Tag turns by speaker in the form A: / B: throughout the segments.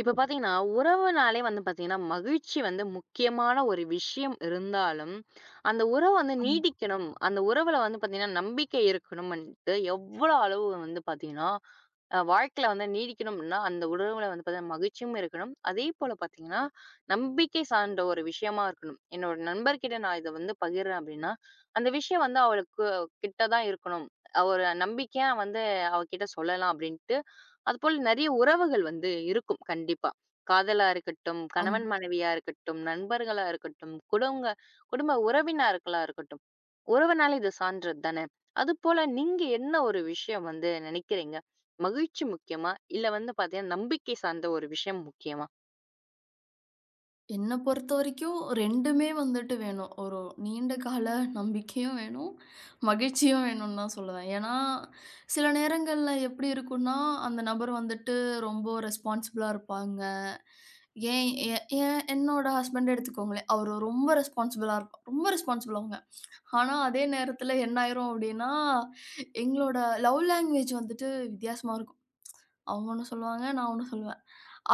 A: இப்ப பாத்தீங்கன்னா, உறவுனாலே வந்து பாத்தீங்கன்னா, மகிழ்ச்சி வந்து முக்கியமான ஒரு விஷயம் இருந்தாலும், அந்த உறவு வந்து
B: ஆமா,
A: நீடிக்கணும். அந்த உறவுல வந்து பாத்தீங்கன்னா, நம்பிக்கை இருக்கணும்ன்ட்டு எவ்வளோ அளவு வந்து பாத்தீங்கன்னா, வாழ்க்கையில வந்து நீடிக்கணும்னா, அந்த உறவுல வந்து பாத்தீங்கன்னா, மகிழ்ச்சியும் இருக்கணும். அதே போல பாத்தீங்கன்னா, நம்பிக்கை சார்ந்த ஒரு விஷயமா இருக்கணும். என்னோட நண்பர்கிட்ட நான் இத வந்து பகிர்றேன் அப்படின்னா, அந்த விஷயம் வந்து அவளுக்கு கிட்ட தான் இருக்கணும். ஒரு நம்பிக்கையா வந்து அவகிட்ட சொல்லலாம் அப்படின்ட்டு அதுபோல நெறைய உறவுகள் வந்து இருக்கும் கண்டிப்பா. காதலா இருக்கட்டும்,
B: ஆமா.
A: கணவன் மனைவியா இருக்கட்டும், நண்பர்களா இருக்கட்டும், குடும்ப உறவினர்களா இருக்கட்டும். உறவுனாலே இது சார்ந்தது தானே! அதுபோல நீங்க என்ன ஒரு விஷயம் வந்து நினைக்கிறீங்க? மகிழ்ச்சி முக்கியமா? இல்ல வந்து பார்த்தீங்கன்னா, நம்பிக்கை சார்ந்த ஒரு விஷயம் முக்கியமா?
B: என்ன பொறுத்தவரைக்கும் 2மே வந்துட்டு வேணும். ஒரு நீண்ட கால நம்பிக்கையும் வேணும், மகிழ்ச்சியும் வேணும்னு தான் சொல்லுவேன். ஏன்னா, சில நேரங்கள்ல எப்படி இருக்கும்னா, அந்த நபர் வந்துட்டு ரொம்ப ரெஸ்பான்சிபிளா இருப்பாங்க. ஏன் எ ஏன் என்னோட ஹஸ்பண்ட எடுத்துக்கோங்களேன். அவரு ரொம்ப ரெஸ்பான்சிபிளா இருப்பா ரொம்ப ரெஸ்பான்சிபிள் அவங்க. ஆனா, அதே நேரத்துல என்ன ஆயிரும் அப்படின்னா, எங்களோட லவ் லாங்குவேஜ் வந்துட்டு வித்தியாசமா இருக்கும். அவங்க ஒண்ணு சொல்லுவாங்க, நான் ஒண்ணு சொல்லுவேன்.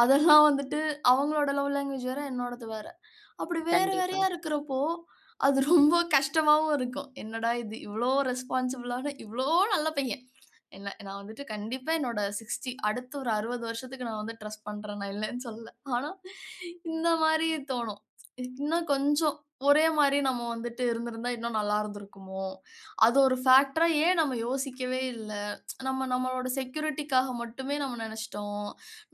B: அதெல்லாம் வந்துட்டு அவங்களோட லவ் லாங்குவேஜ் வேற, என்னோடது வேற. அப்படி வேற
A: கண்டிப்பா.
B: வேறயா இருக்கிறப்போ, அது ரொம்ப கஷ்டமாவும் இருக்கும். என்னடா இது இவ்ளோ ரெஸ்பான்சிபிளான இவ்ளோ நல்ல பையன். என்ன நான் வந்துட்டு கண்டிப்பா என்னோட 60 அடுத்த ஒரு 60 வருஷத்துக்கு நான் வந்து ட்ரஸ்ட் பண்றேன். நான் இல்லன்னு சொல்லல. ஆனா, இந்த மாரி தோணும். இன்னும் கொஞ்சம் ஒரே மாரி நம்ம வந்துட்டு இருந்திருந்தா இன்னும் நல்லா இருந்திருக்குமோ? அது ஒரு ஃபேக்டரா ஏன் நம்ம யோசிக்கவே இல்ல? நம்ம நம்மளோட செக்யூரிட்டிக்காக மட்டுமே நம்ம நெனச்சுட்டோம்.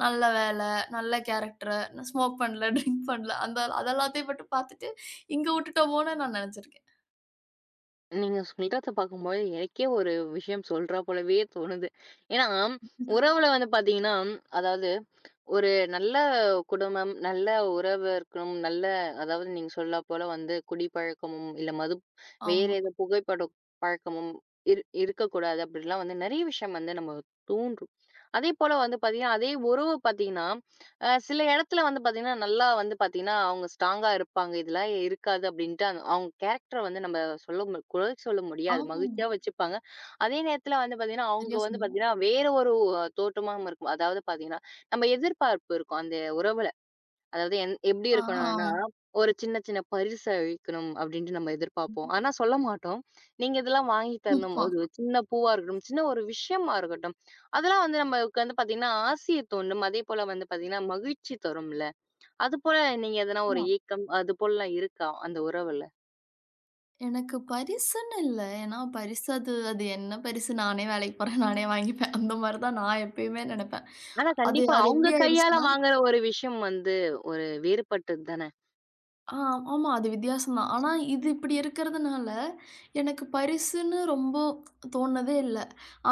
B: நல்ல வேல, நல்ல கேரக்டரா, நான் ஸ்மோக் பண்ணல, ட்ரிங்க் பண்ணல. அந்த அது எல்லாத்தையும் மட்டும் பார்த்துட்டு, இங்க விட்டுட்டோமோன்னு நான் நெனச்சிருக்கேன்.
A: நீங்க சொல்றத பார்க்கும்போது எனக்கே ஒரு விஷயம் சொல்றா போலவே தோணுது. ஏன்னா, உறவுல வந்து பார்த்தீங்கன்னா, அதாவது ஒரு நல்ல குடும்பம், நல்ல உறவு இருக்கணும். நல்ல அதாவது நீங்க சொல்லப்போல வந்து குடிப்பழக்கமும், இல்ல மது வேற
B: ஆமா.
A: ஏதோ புகைப்பட பழக்கமும் இருக்கக்கூடாது அப்படிலாம் வந்து நெறைய விஷயம் வந்து நம்ம தூண்டும். அதேபோல வந்து பார்த்தீங்கன்னா, அதே உறவு பார்த்தீங்கன்னா, சில இடத்துல வந்து பார்த்தீங்கன்னா, நல்லா வந்து பார்த்தீங்கன்னா, அவங்க ஸ்ட்ராங்கா இருப்பாங்க. இதெல்லாம் இருக்காது அப்படின்ட்டு அவங்க கேரக்டர வந்து நம்ம சொல்ல மு குறை சொல்ல முடியாது.
B: ஆமாமா.
A: மகிழ்ச்சியா வச்சுப்பாங்க. அதே நேரத்துல வந்து பார்த்தீங்கன்னா, அவங்க
B: சரியா
A: வந்து
B: சொன்னீங்க.
A: பார்த்தீங்கன்னா, வேற ஒரு தோற்றமாவும் இருக்கும். அதாவது பார்த்தீங்கன்னா நம்ம எதிர்பார்ப்பு இருக்கும் அந்த உறவுல. அதாவது எப்படி
B: ஆ, ஆ.
A: இருக்கணும்னா, ஒரு சின்ன சின்ன பரிசு அளிக்கணும் அப்படின்ட்டு நம்ம எதிர்பார்ப்போம். ஆனா சொல்ல மாட்டோம். நீங்க இதெல்லாம் வாங்கி தரணும். ஒரு
B: ஆமா,
A: சின்ன பூவா இருக்கட்டும், சின்ன ஒரு விஷயமா இருக்கட்டும். அதெல்லாம் வந்து நமக்கு வந்து பார்த்தீங்கன்னா, ஆசைய தூண்டும். அதேபோல வந்து பார்த்தீங்கன்னா, மகிழ்ச்சி தரும்ல. அதுபோல நீங்க எதனா ஒரு
B: ஆமா.
A: ஏக்கம் அதுபோலலாம் இருக்கா அந்த உறவுல?
B: எனக்கு பரிசுன்னு இல்ல. ஏன்னா பரிசு அது அது என்ன பரிசு? நானே வேலைக்கு போறேன், நானே வாங்கிப்பேன். அந்த மாரி தான் நான் எப்பயுமே நெனப்பேன்.
A: ஆனா
B: அது
A: கண்டிப்பா
B: அது
A: அவங்க
B: எப்டி
A: கையால
B: ஆயிடுச்சுன்னா
A: வாங்குற ஒரு விஷயம் வந்து ஒரு வேறுபட்டது தான?
B: ஆ, ஆமா. அது வித்தியாசம் தான். ஆனா, இது இப்டி இருக்கிறதுனால, எனக்கு பரிசுன்னு ரொம்ப தோணுனதே இல்ல.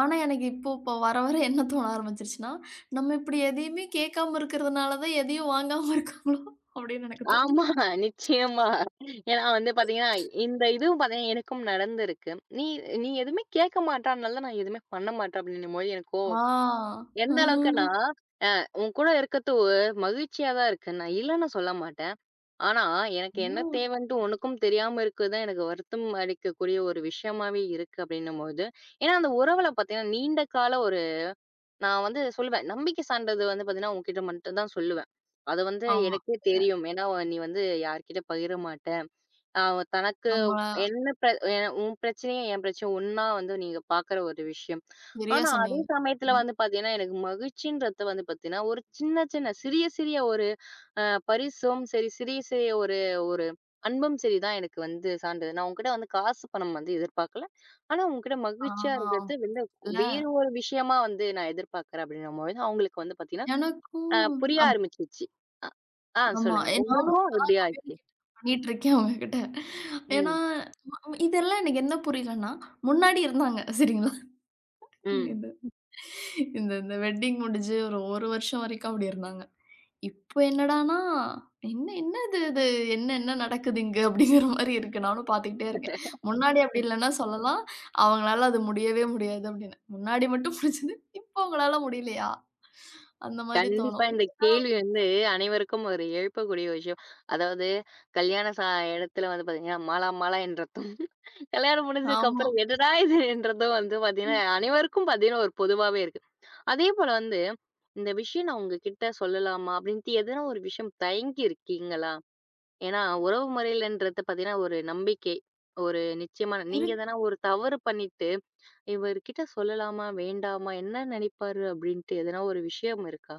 B: ஆனா, எனக்கு இப்போ இப்போ வர வர என்ன தோண ஆரம்பிச்சுருச்சுன்னா, நம்ம இப்டி எதையுமே கேட்காம இருக்கிறதுனால தான் எதையும் வாங்காம இருக்காங்களோ அப்டின்னு எனக்கு தோணுது.
A: ஆமா, நிச்சயமா. ஏன்னா வந்து பாத்தீங்கன்னா, இந்த இதுவும் பாத்தீங்கன்னா எனக்கும் நடந்திருக்கு. "நீ நீ எதுவுமே கேட்க மாட்ற, அதனால தான் நான் எதுவுமே பண்ண மாட்டேன்" அப்படின்னும்போது எனக்கு கோவம். வரும்.
B: ஆ.
A: எந்த அளவுக்குன்னா, அ உன் கூட இருக்கிறது ஒரு மகிழ்ச்சியா தான் இருக்கு. நான் இல்லன்னு சொல்ல மாட்டேன். ஆனா, எனக்கு என்ன
B: ம்.
A: தேவைன்ட்டு உனக்கும் தெரியாம இருக்கிறது தான் எனக்கு வருத்தம் அளிக்கக்கூடிய ஒரு விஷயமாவே இருக்கு அப்படின்னும்போது, ஏன்னா அந்த உறவுல பாத்தீங்கன்னா நீண்ட கால ஒரு நான் வந்து சொல்லுவேன். நம்பிக்கை சார்ந்தது வந்து பார்த்தீங்கன்னா, உன்கிட்ட மட்டும் தான் சொல்லுவேன். அது வந்து
B: ஆமா.
A: எனக்கே தெரியும். ஏன்னா, நீ வந்து யார்கிட்ட பகிர மாட்ட. அ தனக்கு
B: நம்ம
A: என்ன பிர உன் பிரச்சனையும் என் பிரச்சனையும் ஒண்ணா வந்து நீங்க பார்க்குற ஒரு விஷயம்.
B: சரியா
A: ஆனா, அதே
B: சொன்னீங்க.
A: சமயத்துல
B: ம்.
A: வந்து பார்த்தீங்கன்னா, எனக்கு மகிழ்ச்சின்றது வந்து பார்த்தீங்கன்னா, ஒரு சின்ன சின்ன சிறிய சிறிய ஒரு பரிசும் சரி, சிறிய சிறிய ஒரு ஒரு அன்பும் சரி தான் எனக்கு வந்து சான்றிதழ். நான் உன்கிட்ட வந்து காசு பணம் வந்து எதிர்பார்க்கல. ஆனா உன்கிட்ட மகிழ்ச்சியா
B: ஆ.
A: இருக்கிறது வந்து
B: இல்ல
A: வேறு ஒரு விஷயமா வந்து நான் எதிர்பார்க்கிறேன் அப்படின்னும்பொழுது, அவங்களுக்கு வந்து பார்த்தீங்கன்னா,
B: எனக்கும்
A: புரிய
B: அப்
A: ஆரம்பிச்சுருச்சு. அ ஆ
B: ஆமா.
A: சொல்லுங்க.
B: ஏன்னா
A: உங்களுக்கும் எப்படி ஆச்சு?
B: பண்ணிட்டுருக்கேன் அவங்ககிட்ட. ஏன்னா,
A: ம்.
B: இதெல்லாம் எனக்கு என்ன புரியலன்னா, முன்னாடி இருந்தாங்க சரிங்களா?
A: ம்.
B: இந்த இந்த இந்த வெட்டிங் முடிஞ்சு ஒரு 1 வருஷம் வரைக்கும் அப்படி இருந்தாங்க. இப்போ என்னடான்னா, "என்ன என்ன இது இது? என்ன என்ன நடக்குது இங்க?" அப்படிங்கிற மாரி இருக்கு. நானும் பார்த்துக்கிட்டே இருக்கேன். முன்னாடி அப்படி இல்லன்னா சொல்லலாம், அவங்களால அது முடியவே முடியாது அப்படின்னு. முன்னாடி மட்டும் முடிஞ்சது, இப்போ அவங்களால முடியலையா? அந்த மாரி
A: கண்டிப்பா
B: தோணும்.
A: இந்த கேள்வி வந்து அனைவருக்கும் ஒரு எழுப்பக்கூடிய விஷயம். அதாவது கல்யாண ச இடத்துல வந்து பார்த்தீங்கன்னா, "மாலா மாலா என் ரத்தம்." கல்யாணம் முடிஞ்சதுக்கு
B: ஆமா.
A: அப்புறம் "எதுடா இதுன்றதும்" வந்து பார்த்தீங்கன்னா,
B: ம்.
A: அனைவருக்கும் பார்த்தீங்கன்னா ஒரு பொதுவாவே இருக்கு. அதே போல வந்து, "இந்த விஷயம் நான் உங்ககிட்ட சொல்லலாமா?" அப்படின்ட்டு எதனா ஒரு விஷயம் தயங்கி இருக்கீங்களா? ஏன்னா உறவு முறையிலன்றது பார்த்தீங்கன்னா, ஒரு நம்பிக்கை. ஒரு நிச்சயமான நீங்க
B: இருக்கு.
A: எதனா ஒரு தவறு பண்ணிட்டு, "இவர்கிட்ட சொல்லலாமா? வேண்டாமா? என்ன நெனைப்பாரு?" அப்படின்ட்டு எதனா ஒரு விஷயம் இருக்கா?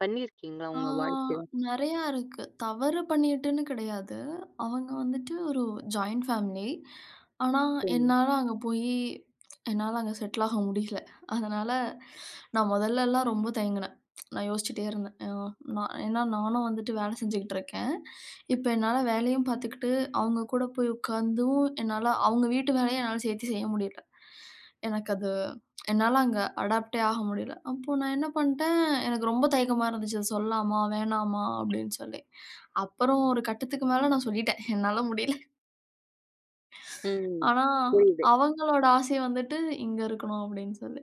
A: பண்ணியிருக்கீங்களா
B: ஆ
A: உங்க வாழ்க்கையில?
B: நெறையா இருக்கு. தவறு பண்ணிட்டுன்னு கிடையாது. அவங்க வந்துட்டு ஒரு ஜாயிண்ட் ஃபேமிலி. ஆனா,
A: ம்.
B: என்னால அங்க போயி என்னால அங்க செட்டில் ஆக முடியல. அதனால நான் முதல்லலாம் ரொம்ப தயங்குனேன். நான் யோசிச்சுட்டே இருந்தேன். அ நான் ஏன்னா நானும் வந்துட்டு வேலை செஞ்சுக்கிட்டு இருக்கேன். இப்ப என்னால வேலையும் பார்த்துக்கிட்டு, அவங்க கூட போய் உட்காந்தும் என்னால அவங்க வீட்டு வேலையும் என்னால சேர்த்து செய்ய முடியல. எனக்கு அது என்னால அங்க அடாப்ட்டே ஆக முடியல. அப்போ நான் என்ன பண்ட்டேன் எனக்கு ரொம்ப தயக்கமா இருந்துச்சு. "இத சொல்லாமா? வேணாமா?" அப்படின்னு சொல்லி. அப்புறம் ஒரு கட்டத்துக்கு மேல நான் சொல்லிட்டேன். என்னால முடியல.
A: ம்.
B: ஆனா,
A: புரியுது.
B: அவங்களோட ஆசை வந்துட்டு, "இங்க இருக்கணும்" அப்படின்னு சொல்லி.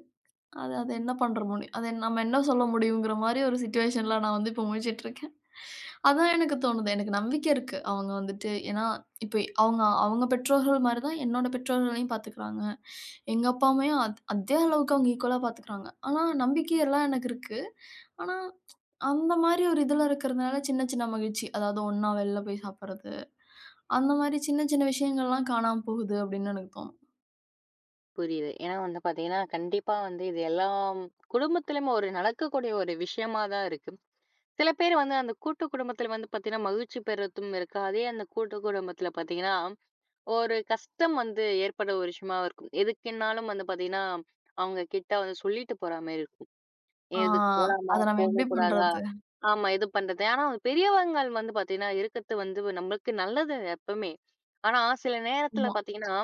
B: அது அது என்ன பண்ற முடியும்? அது நம்ம என்ன சொல்ல முடியுங்கிற மாரி ஒரு சிச்சுவேஷன்ல நான் வந்து இப்போ முழிச்சிட்டுருக்கேன். அதான் எனக்கு தோணுது. எனக்கு நம்பிக்கை இருக்கு. அவங்க வந்துட்டு ஏன்னா, இப்ப அவங்க அவங்க பெற்றோர்கள் மாரி தான் என்னோட பெற்றோர்களையும் பார்த்துக்கிறாங்க. எங்க அப்பா அம்மையும் அதே அளவுக்கு அவங்க ஈக்குவலா பார்த்துக்கிறாங்க. ஆனா, நம்பிக்கை எல்லாம் எனக்கு இருக்கு. ஆனா, அந்த மாரி ஒரு இதுல இருக்கிறதுனால சின்ன சின்ன மகிழ்ச்சி. அதாவது ஒண்ணா வெளில போய் சாப்பிடுறது. அந்த மாரி சின்ன சின்ன விஷயங்கள்லாம் காணாம போகுது அப்படின்னு எனக்கு தோணும்.
A: புரியுது. ஏன்னா வந்து பார்த்தீங்கன்னா, கண்டிப்பா வந்து இது எல்லாம் குடும்பத்திலும் ஒரு நடக்கக்கூடிய ஒரு விஷயமா தான் இருக்கு. சில பேர் வந்து அந்த கூட்டு குடும்பத்தில வந்து பார்த்தீங்கன்னா, மகிழ்ச்சி பெறத்தும் இருக்கு. அதே அந்த கூட்டு குடும்பத்தில பார்த்தீங்கன்னா, ஒரு கஷ்டம் வந்து ஏற்பட ஒரு விஷயமா இருக்கும். எதுக்குன்னாலும் வந்து பார்த்தீங்கன்னா, அவங்க கிட்ட வந்து சொல்லிட்டு போற மாரி இருக்கும்.
B: ஆ
A: இதுக்கு போலாமா?
B: அத நம்ம எப்படி
A: போகக்கூடாதா?
B: பண்றது?
A: ஆமா. இது பண்றது. ஆனா பெரியவங்கள் வந்து பார்த்தீங்கன்னா, இருக்கிறது வந்து நம்மளுக்கு நல்லது எப்பவுமே. ஆனா சில நேரத்துல
B: ஆமா,
A: பார்த்தீங்கன்னா,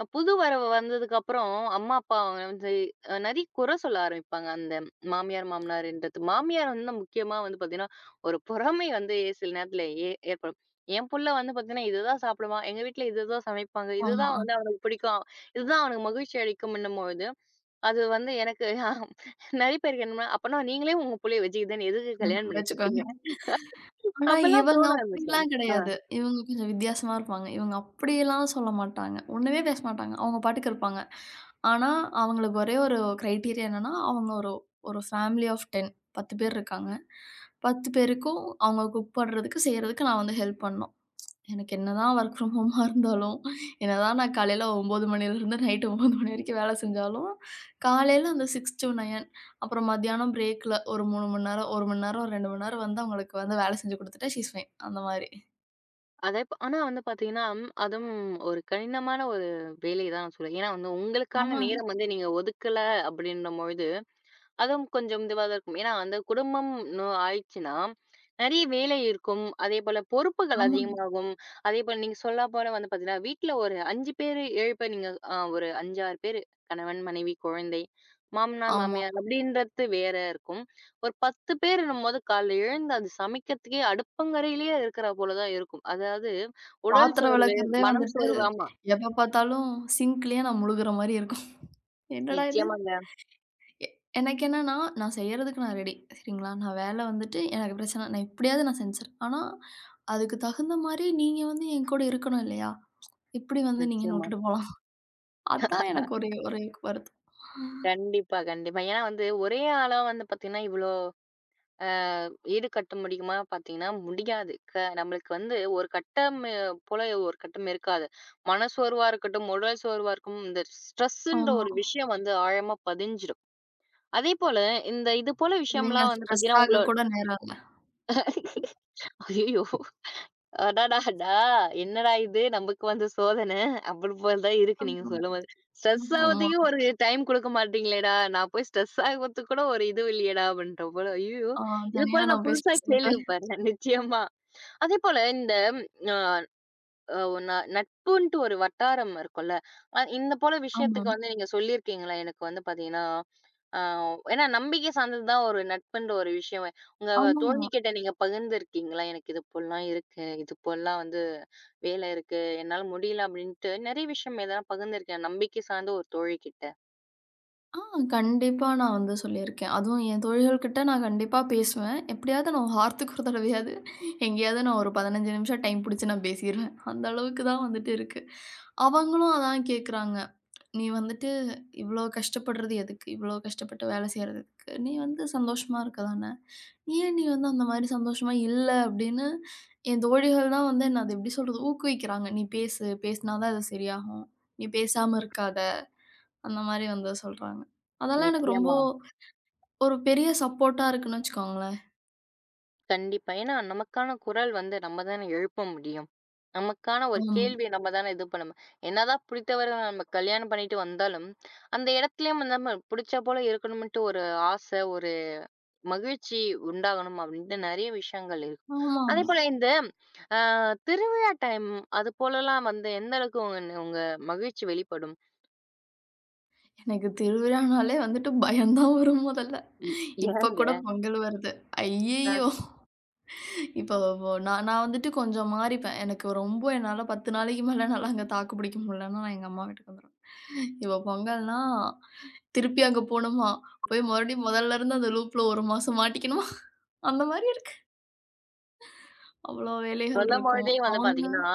A: புது வரவு வந்ததுக்கப்புறம் அம்மா, அப்பா வந்து நெறைய குறை சொல்ல ஆரம்பிப்பாங்க. அந்த மாமியார், மாமனார்ன்றது. மாமியார் வந்து முக்கியமா வந்து பார்த்தீங்கன்னா, ஒரு பொறாமை வந்து சில நேரத்துல ஏற்படும். என் புள்ள வந்து பார்த்தீங்கன்னா, இதுதான் சாப்பிடுவான். எங்க வீட்ல இதுதான் சமைப்பாங்க.
B: ஆமா.
A: இதுதான் வந்து அவனுக்கு பிடிக்கும். இதுதான் அவனுக்கு மகிழ்ச்சி அளிக்கும்ன்னும்போது, அது வந்து எனக்கு நெறைய பேருக்கு என்னன்னா, அப்பன்னா நீங்களே உங்க புள்ளைய வச்சுக்கிட்டு எதுக்கு
B: ஆஹ
A: கல்யாணம் பண்ணி
B: வச்சுக்கோங்க.
A: குடுத்தீங்க?
B: ஆனா
A: அப்பல்லாம்
B: இவங்க
A: தோண ஆரம்பிச்சுரும்.
B: அப்படிலாம்
A: ஆ
B: கிடையாது. இவங்க கொஞ்சம் வித்தியாசமா இருப்பாங்க. இவங்க அப்படியெல்லாம் சொல்ல மாட்டாங்க. ஒண்ணுமே பேச மாட்டாங்க. அவங்க பாட்டுக்கு இருப்பாங்க. ஆனா, அவங்களுக்கு ஒரே ஒரு கிரைட்டீரியா என்னன்னா, அவங்க ஒரு ஒரு ஃபேமிலி ஆஃப் 10 பேர் இருக்காங்க. 10 பேருக்கும் அவங்க குக் பண்றதுக்கு, செய்றதுக்கு நான் வந்து ஹெல்ப் பண்ணணும். எனக்கு என்னதான் வொர்க் ஃப்ரம் ஹோமா இருந்தாலும், என்னதான் நான் காலையில 9 மணிலேருந்து நைட் 9 மணி வரைக்கும் வேலை செஞ்சாலும், காலையில அந்த 6-9 அப்புறம் மத்தியானம் பிரேக்ல ஒரு 3 மணி நேரம், 1 மணி நேரம், 2 மணி நேரம் வந்து அவங்களுக்கு வந்து வேலை செஞ்சு குடுத்துட்டா ஷி இஸ் ஃபைன் அந்த மாரி.
A: அதே இப்ப ஆனா வந்து பார்த்தீங்கன்னா, அதுவும் ஒரு கடினமான ஒரு வேலை தான் நான் சொல்லுவேன். ஏன்னா வந்து உங்களுக்கான
B: ஆமாங்க,
A: நேரம் வந்து நீங்க ஒதுக்கல அப்படின்ற பொழுது அதுவும் கொஞ்சம் இதுவா தான் இருக்கும். ஏன்னா, அந்த குடும்பம்ன்னு ஆயிடுச்சுன்னா, நெறைய வேலை இருக்கும். அதேபோல பொறுப்புகள்
B: ஆமாங்க,
A: அதிகமாகும். அதேபோல நீங்க சொல்லப்போனா வந்து பார்த்தீங்கன்னா, வீட்ல ஒரு 5 பேரு, 7 பேர் நீங்க ஒரு 5, 6 பேரு கணவன், மனைவி, குழந்தை, மாமனார்,
B: ஆமா.
A: மாமியார் அப்படின்றது வேற இருக்கும். ஒரு 10 பேருன்னும்போது காலைல எழுந்து அது சமைக்கிறதுக்கே அடுப்பங்கரையிலேயே இருக்கிற போல தான் இருக்கும். அதாவது உடல்
B: பாத்திரம்
A: சோர்வு,
B: விளக்குறதே
A: மனம்
B: வந்துட்டு
A: சோர்வு ஆமா.
B: எப்ப பார்த்தாலும் சிங்க்லயே நான் முழுகுற மாரி இருக்கும். என்னடா இது?
A: நிச்சயமாங்க.
B: எ எனக்கு என்னன்னா, நான் செய்யறதுக்கு நான் ரெடி. சரிங்களா? நான் வேலை வந்துட்டு எனக்கு பிரச்சன நான் எப்படியாவது நான் செஞ்சுறேன். ஆனா, அதுக்கு தகுந்த மாரி நீங்க வந்து என் கூட இருக்கணும் இல்லையா? இப்படி வந்து நீங்க என்ன
A: நிச்சயமா.
B: விட்டுட்டு போலாம். அதான் எனக்கு ஒரே ஒரே வருத்தம்.
A: கண்டிப்பா. ஏன்னா வந்து ஒரே ஆளா வந்து பார்த்தீங்கன்னா, இவ்ளோ அஹ் ஈடுகட்ட முடியுமா பார்த்தீங்கன்னா முடியாது. நம்மளுக்கு வந்து ஒரு கட்டம் போல ஒரு கட்டம் இருக்காது. மனசோர்வா இருக்கட்டும், உடல் சோர்வா இருக்கும். இந்த ஸ்ட்ரெஸ்ன்ற
B: ஆமா.
A: ஒரு விஷயம் வந்து ஆழமா பதிஞ்சிடும். அதேபோல இந்த இது போல
B: இவங்க
A: விஷயம்லாம் வந்து
B: ஸ்ட்ரெஸ்
A: பார்த்தீங்கன்னா,
B: ஆக
A: உங்களோட
B: கூட நேரம் இல்ல.
A: ஐயய்யோ! அடடாடா! என்னடா இது நமக்கு வந்த சோதனை அப்படி போல தான் இருக்கு நீங்க
B: ஆமா.
A: சொல்லும்போது. ஸ்ட்ரெஸ்
B: ஆமா.
A: ஆவதுக்கு ஒரு டைம் குடுக்க மாட்டீங்களேடா! நான் போய் ஸ்ட்ரெஸ் ஆகுறதுக்கு கூட ஒரு இது இல்லையேடா! அப்படின்ற போல ஐயய்யோ!
B: ஆ
A: இது
B: தனியா
A: போல நான்
B: நான் போய்
A: புதுசா
B: ஸ்ட்ரெஸ் ஆயிட்டு
A: கேள்விப்பட்றேன் நிச்சயமா. அதேபோல இந்த அ அ ந நட்புன்ட்டு ஒரு வட்டாரம் இருக்கும்ல. இந்த போல
B: ஆமா.
A: விஷயத்துக்கு வந்து நீங்க சொல்லியிருக்கீங்களா? எனக்கு வந்து பார்த்தீங்கன்னா, அ ஏன்னா நம்பிக்கை சார்ந்தது தான் ஒரு நட்புன்ற ஒரு விஷயம். உங்க
B: ஆமாமா.
A: தோழிகிட்ட நீங்க பகிர்ந்திருக்கீங்களா? எனக்கு இது போலலாம் இருக்கு. இது போலலாம் வந்து வேலை இருக்கு. என்னால முடியல அப்படின்ட்டு நெறைய விஷயம் எதனா பகிர்ந்திருக்கேன். நம்பிக்கை சார்ந்த ஒரு தோழிகிட்ட.
B: ஆ கண்டிப்பா நான் வந்து சொல்லியிருக்கேன். அதுவும் என் தோழிகள்கிட்ட நான் கண்டிப்பா பேசுவேன். எப்படியாவது நான் வாரத்துக்கு ஒரு தடவையாவது எங்கேயாவது நான் ஒரு 15 நிமிஷம் டைம் புடிச்சு நான் பேசிருவேன். அந்த அளவுக்கு தான் வந்துட்டு இருக்கு. அவங்களும் அதான் கேட்குறாங்க. "நீ வந்துட்டு இவ்ளோ கஷ்டப்படுறது எதுக்கு? இவ்ளோ கஷ்டப்பட்டு வேலை செய்றது எதுக்கு? நீ வந்து சந்தோஷமா இருக்க தானே! ஏன் நீ வந்து அந்த மாரி சந்தோஷமா இல்ல?" அப்படின்னு என் தோழிகள் தான் வந்து என்ன அது எப்படி சொல்றது? ஊக்குவிக்கிறாங்க. "நீ பேசு. பேசினா தான் இது சரியாகும். நீ பேசாம இருக்காத." அந்த மாரி வந்து சொல்றாங்க. அதெல்லாம் எனக்கு ரொம்ப
A: நிச்சயமா.
B: ஒரு பெரிய சப்போர்ட்டா இருக்குன்னு வச்சுக்கோங்களேன்.
A: கண்டிப்பா. ஏன்னா நமக்கான குரல் வந்து நம்ம தானே எழுப்ப முடியும். நமக்கான ஒரு
B: ஆமா.
A: கேள்விய நம்ம தானே இது பண்ணணும். என்னதான் பிடித்தவர்கள நம்ம கல்யாணம் பண்ணிட்டு வந்தாலும், அந்த இடத்துலயும் வந்து நம்ம பிடிச்ச போல இருக்கணும்ன்ட்டு ஒரு ஆசை, ஒரு மகிழ்ச்சி உண்டாகணும் அப்படின்ட்டு நெறைய விஷயங்கள் இருக்கு.
B: ஆமாமா.
A: அதேபோல இந்த அ திருவிழா டைம் அது போலலாம் வந்து எந்த அளவுக்கு உங்க உங்க மகிழ்ச்சி வெளிப்படும்?
B: எனக்கு திருவிழானாலே வந்துட்டு பயம் தான் வரும் மொதல்ல. இப்ப கூட
A: ஏங்க?
B: பொங்கல் வருது.
A: அ
B: ஐய்யய்யோ! இப்போ இப்போ நான் நான் வந்துட்டு கொஞ்சம் மாறிப்பேன். எனக்கு ரொம்ப என்னால 10 நாளைக்கு மேல என்னால அங்க தாக்கு பிடிக்க முடியலன்னா, நான் எங்க அம்மா வீட்டுக்கு வந்துருவேன். இப்போ பொங்கல்னா, திருப்பி அங்க போணுமா? போய் மறுபடியும் முதல்ல இருந்து அந்த லூப்ல 1 மாசம் மாட்டிக்கணுமா? அந்த மாரி இருக்கு. அவ்வளோ வேலைகள் இருக்கும்.
A: சொல்லும்பொழுதே வந்து
B: அவங்க
A: பார்த்தீங்கன்னா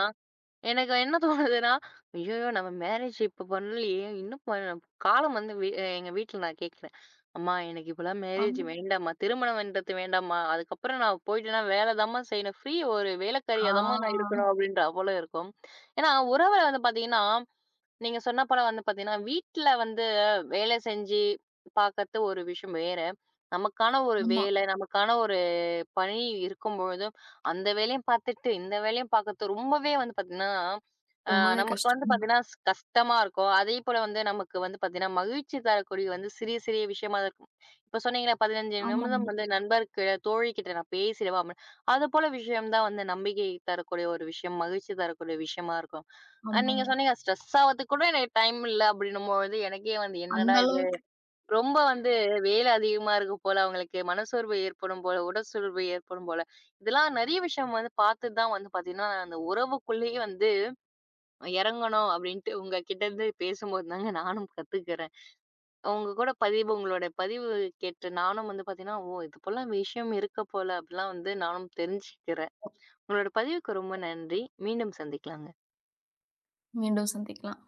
A: எனக்கு என்ன தோணுதுன்னா, ஐய்யயோ! நம்ம மேரேஜ் இப்ப பண்ணலையே! இன்னும் பண்ண காலம் வந்து வி எங்க வீட்ல நான் கேட்கிறேன். அம்மா எனக்கு இப்பலாம் மேரேஜ்
B: ஆமா.
A: வேண்டாம்மா. திருமணம்ன்றது வேண்டாம்மா. அதுக்கப்புறம் நான் போயிட்டேன்னா வேல தாம்மா செய்யணும். ஃப்ரீ ஒரு வேலைக்காரியா தாம்மா நான்
B: ஆ
A: இருக்கணும் அப்டின்ற போல இருக்கும். ஏன்னா, உறவுல வந்து பார்த்தீங்கன்னா நீங்க சொன்ன போல வந்து பாத்தீங்கன்னா, வீட்ல வந்து வேலை செஞ்சு பாக்கறது ஒரு விஷயம் வேற. நமக்கான ஒரு
B: ஆமா.
A: வேலை, நமக்கான ஒரு பணி இருக்கும்பொழுது, அந்த வேலையும் பாத்துட்டு, இந்த வேலையும் பாக்கறது ரொம்பவே வந்து பாத்தீங்கன்னா, அ
B: ரொம்பவே
A: நமக்கு வந்து
B: கஷ்டம்.
A: பாத்தீங்கன்னா கஷ்டமா இருக்கும். அதே போல வந்து நமக்கு வந்து பாத்தீங்கன்னா, மகிழ்ச்சி தரக்கூடிய வந்து சிறிய சிறிய விஷயமா தான் இருக்கும். இப்ப சொன்னீங்கல்ல 15
B: ஆமா,
A: நிமிடம் வந்து நண்பர்கிட்ட, தோழிகிட்ட நான் பேசிடுவேன் அப்படின்னு. அது போல விஷயம் தான் வந்து நம்பிக்கை தரக்கூடிய ஒரு விஷயம், மகிழ்ச்சி தரக்கூடிய விஷயமா இருக்கும். நீங்க
B: ஆமாங்க.
A: சொன்னீங்க ஸ்ட்ரெஸ் ஆவறதுக்கு கூட எனக்கு டைம் இல்ல அப்படின்னும்பொழுது, எனக்கே வந்து என்னடா
B: அந்த
A: இது!
B: அளவுக்கு
A: ரொம்ப வந்து வேலை அதிகமா இருக்கும் போல, அவங்களுக்கு மனச்சோர்வு ஏற்படும் போல, உடல் சோர்வு ஏற்படும் போல. இதெல்லாம் நெறைய விஷயம் வந்து பார்த்து தான் வந்து பார்த்தீங்கன்னா, அந்த உறவுக்குள்ளேயே வந்து இறங்கணும் அப்படின்ட்டு உங்க கிட்ட இருந்து பேசும்போது தாங்க நானும் கத்துக்கிறேன். உங்களோட பதிவு கேட்டு நானும் வந்து பார்த்தீங்கன்னா, ஓ! இது போல விஷயம் இருக்க போல அப்படிலாம் வந்து நானும் தெரிஞ்சுக்கிறேன். உங்களோட பதிவுக்கு ரொம்ப நன்றி. மீண்டும் சந்திக்கலாங்க.
B: மீண்டும் சந்திக்கலாம்.